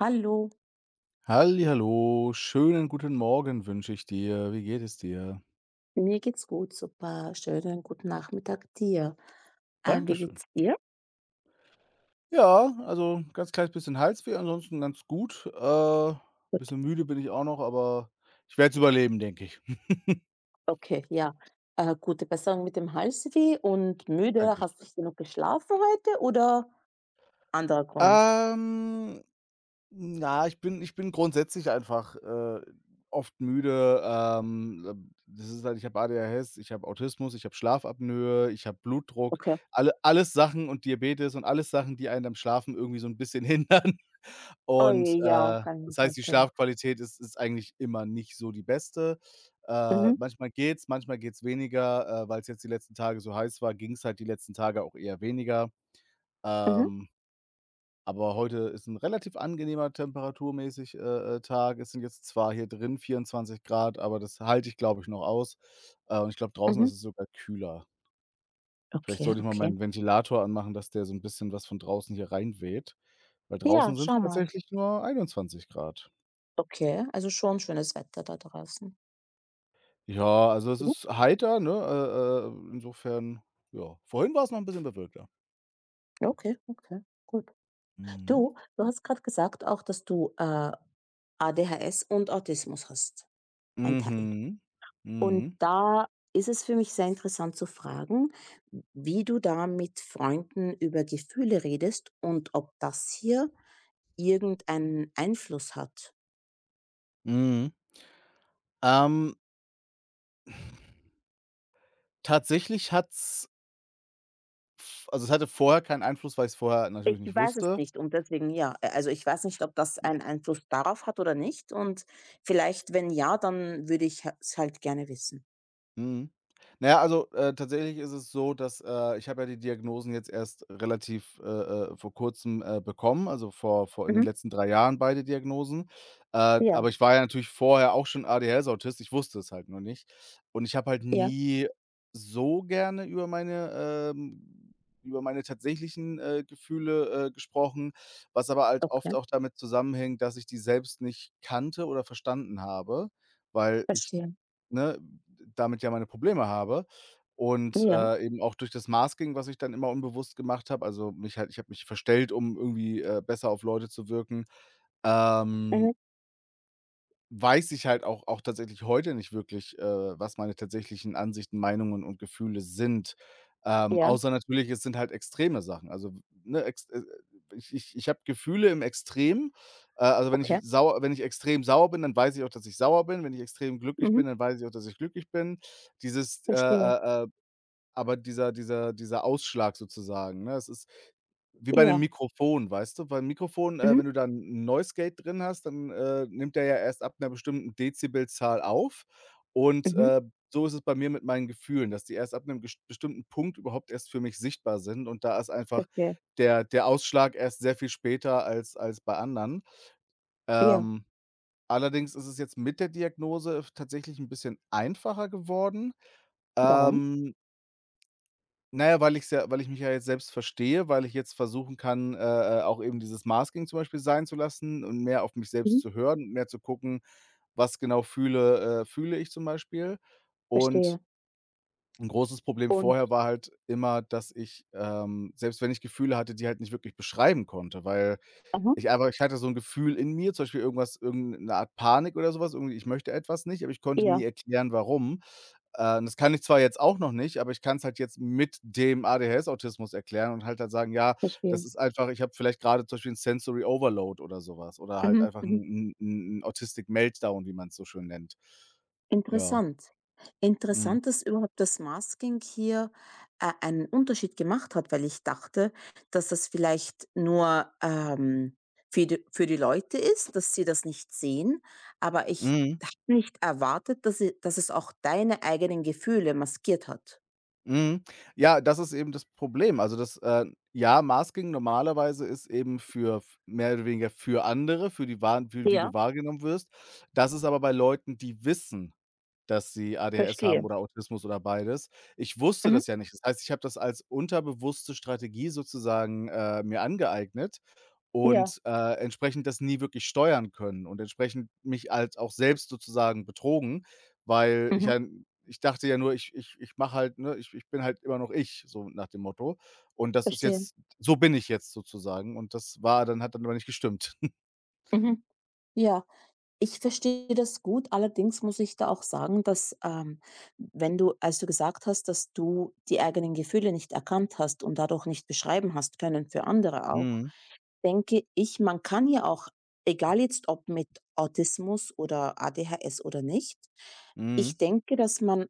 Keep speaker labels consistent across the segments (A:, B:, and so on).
A: Hallo,
B: Hallihallo, schönen guten Morgen wünsche ich dir. Wie geht es dir?
A: mir geht's gut, super. Schönen guten Nachmittag dir. Wie
B: Dankeschön.
A: geht's dir?
B: Ja, also ganz kleines bisschen Halsweh, ansonsten ganz gut. Ein
A: Gut.
B: bisschen müde bin ich auch noch, aber ich werde es überleben, denke ich.
A: Okay, ja. Gute Besserung mit dem Halsweh und müde. Hast du
B: Dankeschön.
A: nicht genug geschlafen heute oder anderer Grund?
B: Ähm Na, ich bin grundsätzlich einfach, oft müde. Das ist halt, ich habe A D H S, ich habe Autismus, ich habe Schlafapnoe, ich habe Blutdruck,
A: Okay.
B: alle alles Sachen und Diabetes und alles Sachen, die einen am Schlafen irgendwie so ein bisschen hindern.
A: Oh je,
B: Und,
A: ja, kann ich mir
B: das heißt, die
A: vorstellen.
B: Schlafqualität ist eigentlich immer nicht so die beste.
A: Mhm,
B: Manchmal geht's, manchmal geht's weniger. Weil es jetzt die letzten Tage so heiß war, ging es halt die letzten Tage auch eher weniger.
A: mhm,
B: Ähm aber heute ist ein relativ angenehmer temperaturmäßig, Tag. Es sind jetzt zwar hier drin 24 Grad, aber das halte ich, glaube ich, noch aus. Und ich glaube, draußen
A: mhm.
B: ist es sogar kühler. Vielleicht
A: Okay,
B: sollte ich mal
A: okay.
B: meinen Ventilator anmachen, dass der so ein bisschen was von draußen hier reinweht, weil
A: Ja,
B: draußen sind
A: schau
B: es
A: mal.
B: tatsächlich nur 21 Grad.
A: Okay, also schon schönes Wetter da draußen.
B: Ja, also es
A: Mhm.
B: ist heiter, ne? Insofern, ja. Vorhin war es noch ein bisschen bewölkter.
A: Okay, okay, gut.
B: Mhm.
A: Du hast gerade gesagt auch, dass du ADHS und Autismus hast, ein Teil.
B: Mhm.
A: Und
B: Mhm.
A: da ist es für mich sehr interessant zu fragen, wie du da mit Freunden über Gefühle redest und ob das hier irgendeinen Einfluss hat?
B: Mhm. Ähm, Tatsächlich hat's, es hatte vorher keinen Einfluss, weil ich's vorher natürlich
A: Ich
B: nicht
A: weiß es
B: wusste.
A: nicht und deswegen ja. Also, ich weiß nicht, ob das einen Einfluss darauf hat oder nicht und vielleicht, wenn ja, dann würde ich ha es halt gerne wissen.
B: Mhm. Na ja, also, tatsächlich ist es so, dass, ich habe ja die Diagnosen jetzt erst relativ, vor Kurzem, bekommen, also vor in den
A: Mhm.
B: letzten 3 Jahren beide Diagnosen.
A: Ja,
B: Aber ich war ja natürlich vorher auch schon ADHS-Autist, ich wusste es halt nur nicht. Und ich habe halt
A: ja,
B: nie so gerne über meine tatsächlichen, Gefühle, gesprochen, was aber halt
A: okay,
B: oft auch damit zusammenhängt, dass ich die selbst nicht kannte oder verstanden habe, weil ich,
A: verstehe.
B: ne, damit ja meine Probleme habe und,
A: Ja,
B: eben auch durch das Masking, was ich dann immer unbewusst gemacht habe, also mich halt, ich habe mich verstellt, um irgendwie, besser auf Leute zu wirken. Ähm
A: mhm,
B: Weiß ich halt auch auch tatsächlich heute nicht wirklich, was meine tatsächlichen Ansichten, Meinungen und Gefühle sind.
A: ja,
B: Außer natürlich, es sind halt extreme Sachen. Also, ne, ex ich habe Gefühle im Extrem. Also,
A: okay,
B: wenn ich extrem sauer bin, dann weiß ich auch, dass ich sauer bin. Wenn ich extrem glücklich
A: mhm,
B: bin, dann weiß ich auch, dass ich glücklich bin. Dieses, äh,
A: verstehe.
B: äh, äh aber dieser Ausschlag sozusagen, ne? Es ist wie bei einem
A: Ja,
B: Mikrofon, weißt du? Beim Mikrofon,
A: mhm,
B: wenn du da 'n Noise Gate drin hast, dann, nimmt der ja erst ab 'ner bestimmten Dezibelzahl auf. Und,
A: mhm,
B: so ist es bei mir mit meinen Gefühlen, dass die erst ab 'nem ges bestimmten Punkt überhaupt erst für mich sichtbar sind. Und da ist einfach
A: verstehe.
B: der Ausschlag erst sehr viel später als als bei anderen.
A: Ja.
B: Ähm, allerdings ist es jetzt mit der Diagnose f tatsächlich 'n bisschen einfacher geworden.
A: Warum?
B: Ähm na ja, weil ich mich ja jetzt selbst verstehe, weil ich jetzt versuchen kann, auch eben dieses Masking zum Beispiel sein zu lassen und mehr auf mich
A: Mhm,
B: selbst zu hören und mehr zu gucken, was genau fühle ich zum Beispiel.
A: verstehe.
B: Und ein großes Problem
A: Und
B: vorher war halt immer, dass ich, selbst wenn ich Gefühle hatte, die halt nicht wirklich beschreiben konnte, weil
A: aha,
B: ich aber ich hatte so 'n Gefühl in mir, zum Beispiel irgend 'ne Art Panik oder so was, irgendwie, ich möchte etwas nicht, aber ich konnte nie
A: ja,
B: erklären, warum. Das kann ich zwar jetzt auch noch nicht, aber ich kann's halt jetzt mit dem ADHS-Autismus erklären und halt dann sagen: „Ja,
A: verstehe.
B: das ist einfach, ich habe vielleicht grade zum Beispiel 'n Sensory Overload oder so was oder halt
A: Mhm,
B: einfach
A: mhm.
B: 'n Autistic Meltdown“, wie man's so schön nennt. Ja.
A: Interessant.
B: Mhm.
A: Interessant, dass überhaupt das Masking hier, einen Unterschied gemacht hat, weil ich dachte, dass das vielleicht nur, für die Leute ist, dass sie das nicht sehen, aber ich
B: Mhm.
A: habe nicht erwartet, dass sie dass es auch deine eigenen Gefühle maskiert hat.
B: Mhm. Ja, das ist eben das Problem. Also das, ja, Masking normalerweise ist eben für f mehr oder weniger für andere, für die wahren für wie
A: Ja,
B: du wahrgenommen wirst. Das ist aber bei Leuten, die wissen, dass sie ADHS haben
A: verstehe.
B: oder Autismus oder beides. Ich wusste
A: Mhm,
B: das ja nicht. Das heißt, ich habe das als unterbewusste Strategie sozusagen, mir angeeignet
A: ja,
B: und, entsprechend das nie wirklich steuern können und entsprechend mich halt auch selbst sozusagen betrogen, weil ich
A: mhm,
B: ja ich dachte ja nur, ich mache halt, ne, ich bin halt immer noch ich, so nach dem Motto. Und das ist
A: verstehe.
B: jetzt so bin ich jetzt sozusagen, und das war dann hat dann aber nicht gestimmt.
A: Mhm, ja. Ich verstehe das gut, allerdings muss ich da auch sagen, dass, wenn du als du gesagt hast, dass du die eigenen Gefühle nicht erkannt hast und dadurch nicht beschreiben hast können für andere auch,
B: Mhm.
A: denke ich, man kann ja auch, egal jetzt ob mit Autismus oder ADHS oder nicht, ich
B: Mhm.
A: denke, dass man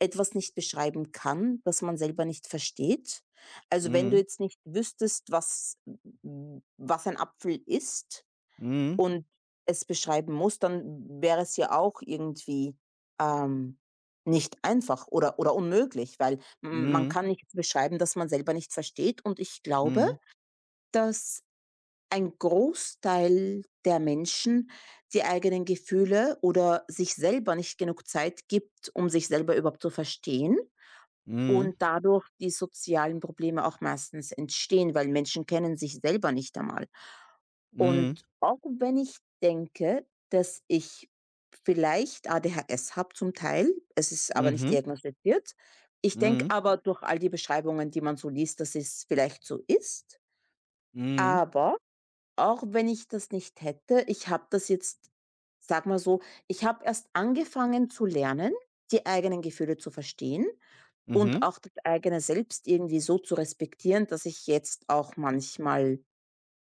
A: etwas nicht beschreiben kann, das man selber nicht versteht. Also, wenn du
B: Mhm.
A: jetzt nicht wüsstest, was ein Apfel ist
B: Mhm.
A: und es beschreiben muss, dann wäre es ja auch irgendwie, ähm, nicht einfach oder unmöglich, weil m man
B: Mhm.
A: kann nicht beschreiben, dass man selber nicht versteht und ich glaube,
B: Mhm.
A: dass ein Großteil der Menschen die eigenen Gefühle oder sich selber nicht genug Zeit gibt, um sich selber überhaupt zu verstehen.
B: Mhm.
A: Und dadurch die sozialen Probleme auch meistens entstehen, weil Menschen kennen sich selber nicht einmal.
B: Mhm.
A: Und auch wenn ich denke, dass ich vielleicht ADHS habe zum Teil, es ist aber nicht
B: Mhm.
A: diagnostiziert. Ich denke
B: Mhm.
A: aber durch all die Beschreibungen, die man so liest, dass es vielleicht so ist.
B: Mhm.
A: Aber auch wenn ich das nicht hätte, ich habe das jetzt, sag mal so, ich habe erst angefangen zu lernen, die eigenen Gefühle zu verstehen. Und
B: Mhm.
A: auch das eigene Selbst irgendwie so zu respektieren, dass ich jetzt auch manchmal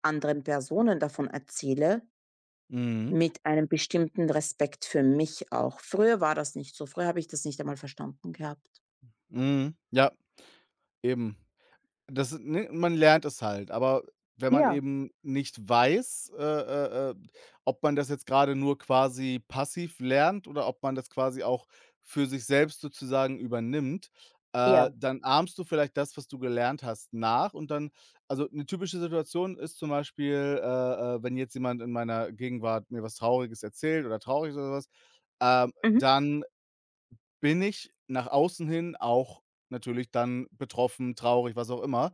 A: anderen Personen davon erzähle,
B: Mhm.
A: mit einem bestimmten Respekt für mich auch. Früher war das nicht so, früher habe ich das nicht einmal verstanden gehabt.
B: Mhm. Ja, eben. Das, ne, man lernt es halt, aber wenn man
A: Ja,
B: eben nicht weiß, ob man das jetzt gerade nur quasi passiv lernt oder ob man das quasi auch für sich selbst sozusagen übernimmt,
A: ja,
B: dann ahmst du vielleicht das, was du gelernt hast, nach, und dann, also eine typische Situation ist zum Beispiel, wenn jetzt jemand in meiner Gegenwart mir was Trauriges erzählt oder traurig ist oder so was,
A: mhm,
B: dann bin ich nach außen hin auch natürlich dann betroffen, traurig, was auch immer,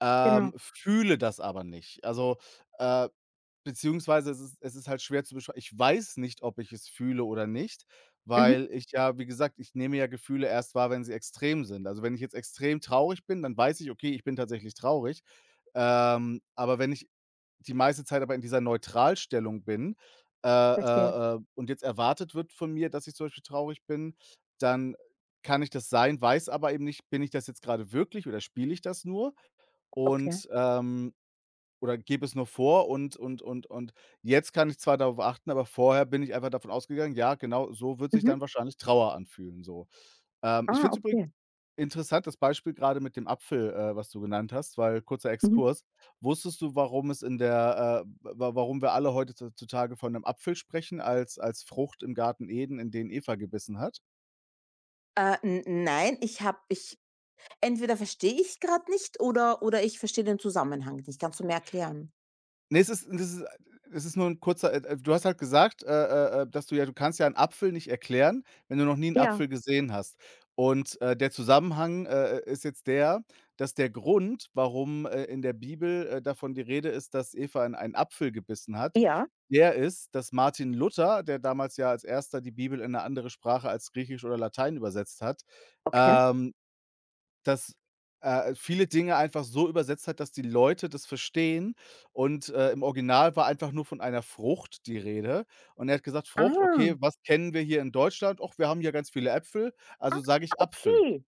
A: genau.
B: fühle das aber nicht. Also, äh, beziehungsweise es ist halt schwer zu beschreiben, ich weiß nicht, ob ich es fühle oder nicht,
A: Mhm.
B: weil ich ja, wie gesagt, ich nehme ja Gefühle erst wahr, wenn sie extrem sind. Also, wenn ich jetzt extrem traurig bin, dann weiß ich: „Okay, ich bin tatsächlich traurig.“ aber wenn ich die meiste Zeit aber in dieser Neutralstellung bin,
A: Verstehe.
B: und jetzt erwartet wird von mir, dass ich zum Beispiel traurig bin, dann kann ich das sein, weiß aber eben nicht, bin ich das jetzt gerade wirklich oder spiele ich das nur
A: Okay.
B: und, oder gebe es nur vor, und jetzt kann ich zwar darauf achten, aber vorher bin ich einfach davon ausgegangen, ja, genau so wird sich
A: Mhm.
B: dann wahrscheinlich Trauer anfühlen so. Ich
A: Ah,
B: finde es übrigens
A: okay.
B: interessantes Beispiel gerade mit dem Apfel, was du genannt hast, weil kurzer
A: Mhm.
B: Exkurs. Wusstest du, warum es in der, wa warum wir alle heutzutage von 'nem Apfel sprechen als als Frucht im Garten Eden, in den Eva gebissen hat?
A: N nein, ich entweder verstehe ich gerade nicht oder oder ich verstehe den Zusammenhang nicht. Kannst du mir erklären?
B: Ne, es ist nur ein kurzer, du hast halt gesagt, dass du kannst ja einen Apfel nicht erklären, wenn du noch nie einen
A: Ja,
B: Apfel gesehen hast. Und, der Zusammenhang, ist jetzt der, dass der Grund, warum, in der Bibel, davon die Rede ist, dass Eva in einen Apfel gebissen hat,
A: ja,
B: der ist, dass Martin Luther, der damals ja als Erster die Bibel in eine andere Sprache als Griechisch oder Latein übersetzt hat,
A: okay.
B: ähm dass, viele Dinge einfach so übersetzt hat, dass die Leute das verstehen, und, im Original war einfach nur von einer Frucht die Rede, und er hat gesagt: „Frucht,
A: Ah,
B: okay, was kennen wir hier in Deutschland? Och, wir haben hier ganz viele Äpfel, also sage ich Apfel.“
A: okay.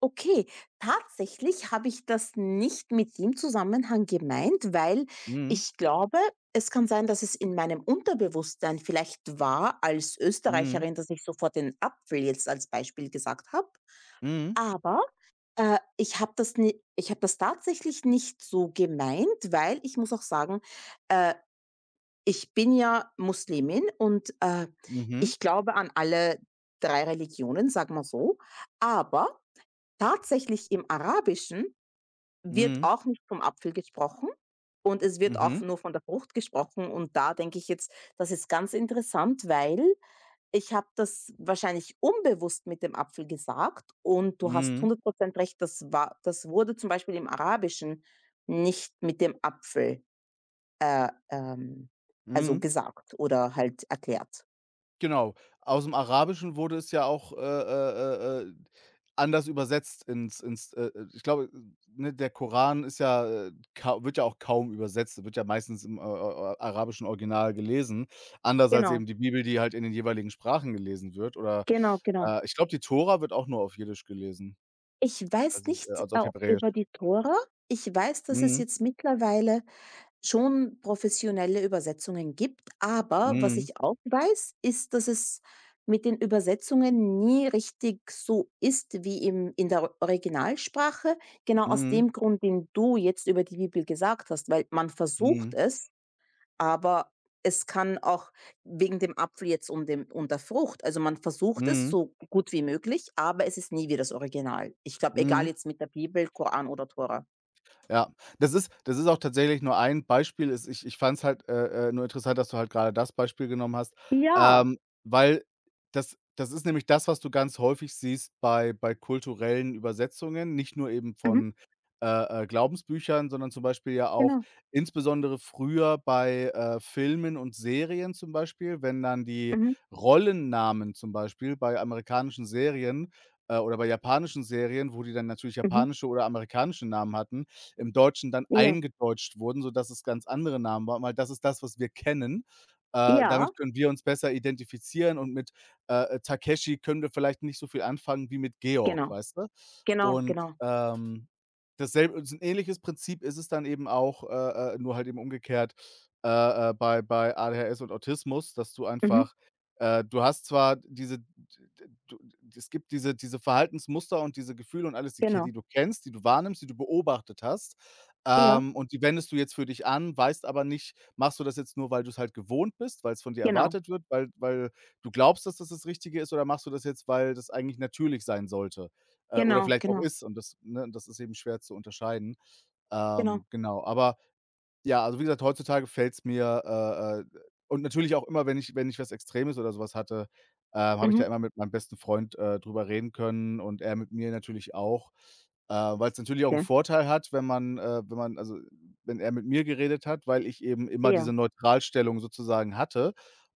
A: Okay, tatsächlich habe ich das nicht mit dem Zusammenhang gemeint, weil
B: Mhm,
A: ich glaube, es kann sein, dass es in meinem Unterbewusstsein vielleicht war als
B: mhm,
A: Österreicherin, dass ich sofort den Apfel jetzt als Beispiel gesagt habe.
B: mhm,
A: Aber ich habe das, ich habe das tatsächlich nicht so gemeint, weil ich muss auch sagen, äh, ich bin ja Muslimin und
B: mhm,
A: ich glaube an alle drei Religionen, sag mal so. Aber tatsächlich im Arabischen wird
B: mhm,
A: auch nicht vom Apfel gesprochen und es wird auch
B: mhm,
A: nur von der Frucht gesprochen und da denke ich jetzt, das ist ganz interessant, weil ich habe das wahrscheinlich unbewusst mit dem Apfel gesagt und du hast
B: mhm,
A: 100% recht, das war das wurde zum Beispiel im Arabischen nicht mit dem Apfel äh, ähm, also
B: mhm.
A: gesagt oder halt erklärt.
B: Genau. Aus dem Arabischen wurde es ja auch, anders übersetzt ins, ich glaube, ne, der Koran ist ja, ka wird ja auch kaum übersetzt, wird ja meistens im, arabischen Original gelesen, anders als
A: Genau,
B: eben die Bibel, die halt in den jeweiligen Sprachen gelesen wird, oder,
A: genau, genau.
B: ich glaube, die Tora wird auch nur auf Jiddisch gelesen,
A: Ich weiß
B: weiß
A: nicht,
B: also auf Hebräisch.
A: über die Tora. Ich weiß, dass es
B: Mhm.
A: jetzt mittlerweile schon professionelle Übersetzungen gibt, aber was
B: Mhm.
A: ich auch weiß, ist, dass es mit den Übersetzungen nie richtig so ist wie im in der Originalsprache, genau aus
B: Mhm.
A: dem Grund, den du jetzt über die Bibel gesagt hast, weil man versucht
B: Mhm.
A: es, aber es kann auch wegen dem Apfel jetzt und dem und der Frucht also, man versucht es
B: Mhm.
A: so gut wie möglich, aber es ist nie wie das Original. Ich glaube, egal
B: Mhm.
A: jetzt mit der Bibel, Koran oder Tora.
B: Ja, das ist auch tatsächlich nur ein Beispiel. Ist. Ich fand es halt, nur interessant, dass du halt gerade das Beispiel genommen hast,
A: Ja,
B: ähm, weil das ist nämlich das, was du ganz häufig siehst bei bei kulturellen Übersetzungen, nicht nur eben
A: mhm,
B: von, Glaubensbüchern, sondern zum Beispiel ja auch
A: genau.
B: insbesondere früher bei, Filmen und Serien zum Beispiel, wenn dann die
A: Mhm,
B: Rollennamen zum Beispiel bei amerikanischen Serien, oder bei japanischen Serien, wo die dann natürlich
A: mhm,
B: japanische oder amerikanische Namen hatten, im Deutschen dann
A: ja.
B: eingedeutscht wurden, sodass es ganz andere Namen waren, weil das ist das, was wir kennen.
A: Ja,
B: Damit können wir uns besser identifizieren, und mit, Takeshi können wir vielleicht nicht so viel anfangen wie mit Georg,
A: genau,
B: weißt du?
A: genau,
B: Und,
A: genau.
B: ähm, dasselbe ein ähnliches Prinzip ist es dann eben auch, nur halt eben umgekehrt, äh, bei bei ADHS und Autismus, dass du
A: Mhm,
B: einfach, du hast zwar diese d d du es gibt diese diese Verhaltensmuster und diese Gefühle und alles,
A: genau.
B: die du kennst, die du wahrnimmst, die du beobachtet hast,
A: Ja,
B: und die wendest du jetzt für dich an, weißt aber nicht, machst du das jetzt nur, weil du es halt gewohnt bist, weil es von dir
A: genau,
B: erwartet wird, weil du glaubst, dass das Richtige ist, oder machst du das jetzt, weil das eigentlich natürlich sein sollte, oder
A: genau,
B: vielleicht auch
A: genau,
B: ist, und das, ne, das ist eben schwer zu unterscheiden.
A: genau.
B: Genau, aber ja, also, wie gesagt, heutzutage fällt's mir, und natürlich auch immer, wenn ich was Extremes oder sowas hatte, habe ich
A: Mhm,
B: da immer mit meinem besten Freund, drüber reden können, und er mit mir natürlich auch, weil es natürlich auch einen
A: okay.
B: Vorteil hat, wenn man, also, wenn er mit mir geredet hat, weil ich eben immer
A: Ja,
B: diese Neutralstellung sozusagen hatte,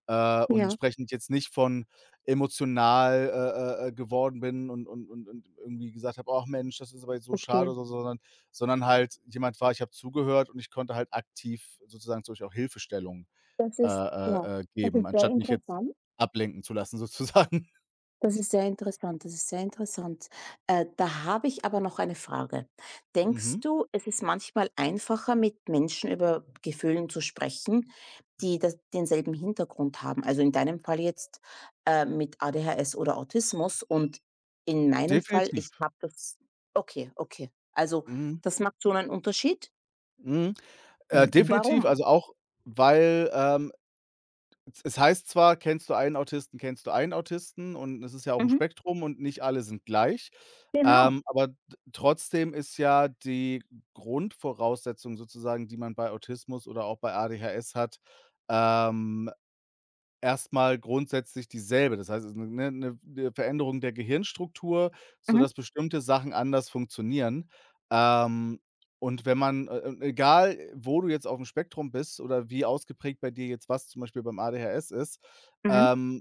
B: und
A: ja,
B: entsprechend jetzt nicht von emotional, geworden bin und irgendwie gesagt habe: „Ach Mensch, das ist aber jetzt so schade“,
A: verstehe.
B: oder so, sondern jemand war, ich habe zugehört und ich konnte halt aktiv sozusagen durch auch Hilfestellung,
A: Das ist ja, das
B: geben,
A: ist sehr
B: anstatt mich jetzt
A: interessant.
B: ablenken zu lassen sozusagen.
A: Das ist sehr interessant, das ist sehr interessant. Da habe ich aber noch eine Frage. Denkst
B: Mhm.
A: du, es ist manchmal einfacher, mit Menschen über Gefühlen zu sprechen, die das, denselben Hintergrund haben? Also in deinem Fall jetzt mit ADHS oder Autismus und in meinem Fall,
B: Definitiv.
A: ich habe das. Okay, okay. Also
B: Mhm.
A: das macht schon einen Unterschied.
B: Mhm.
A: Warum?
B: Definitiv, also auch, weil, es heißt zwar: „Kennst du einen Autisten, kennst du einen Autisten“, und es ist ja auch ein
A: Mhm,
B: Spektrum und nicht alle sind gleich.
A: genau.
B: Aber t trotzdem ist ja die Grundvoraussetzung sozusagen, die man bei Autismus oder auch bei ADHS hat, ähm erstmal grundsätzlich dieselbe. Das heißt, es ist 'ne Veränderung der Gehirnstruktur,
A: Mhm,
B: sodass bestimmte Sachen anders funktionieren. Ähm, und wenn man, egal wo du jetzt aufm Spektrum bist oder wie ausgeprägt bei dir jetzt was zum Beispiel beim ADHS ist,
A: mhm.
B: ähm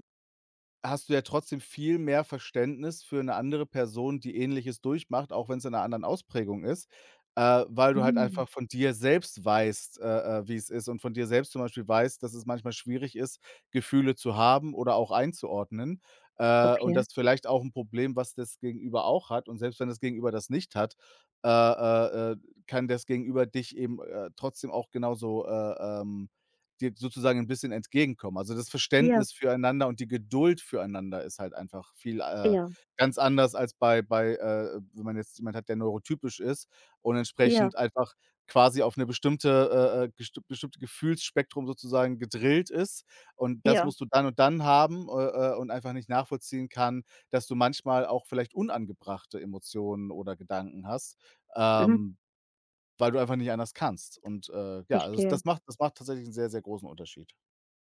B: hast du ja trotzdem viel mehr Verständnis für eine andere Person, die Ähnliches durchmacht, auch wenn es in einer anderen Ausprägung ist, weil du halt
A: Mhm.
B: einfach von dir selbst weißt, wie's ist, und von dir selbst zum Beispiel weißt, dass es manchmal schwierig ist, Gefühle zu haben oder auch einzuordnen, und
A: Okay.
B: das ist vielleicht auch ein Problem, was das Gegenüber auch hat. Und selbst wenn das Gegenüber das nicht hat, äh, äh, äh, kann das Gegenüber dich eben, trotzdem auch genauso, dir sozusagen 'n bisschen entgegenkommen. Also, das
A: Ja,
B: Verständnis füreinander und die Geduld füreinander ist halt einfach viel,
A: ja,
B: ganz anders als bei bei, wenn man jetzt jemand hat, der neurotypisch ist und
A: ja,
B: entsprechend einfach quasi auf 'ne bestimmte, gest bestimmte Gefühlsspektrum sozusagen gedrillt ist, und das
A: ja.
B: musst du dann und dann haben, und einfach nicht nachvollziehen kann, dass du manchmal auch vielleicht unangebrachte Emotionen oder Gedanken hast.
A: Mhm.
B: Ähm, weil du einfach nicht anders kannst. Und, ja, also
A: Verstehe.
B: das macht, das macht tatsächlich einen sehr, sehr großen Unterschied.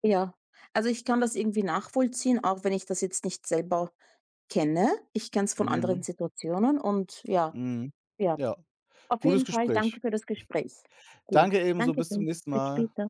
A: Ja, also ich kann das irgendwie nachvollziehen, auch wenn ich das jetzt nicht selber kenne. Ich kenne es von anderen
B: Mhm,
A: Situationen und ja,
B: mhm.
A: ja.
B: Ja,
A: Auf
B: gutes
A: jeden Fall
B: Gespräch.
A: danke für das Gespräch. Gut,
B: Danke ebenso,
A: danke
B: bis zum
A: schön.
B: nächsten
A: Bis
B: Mal.
A: später.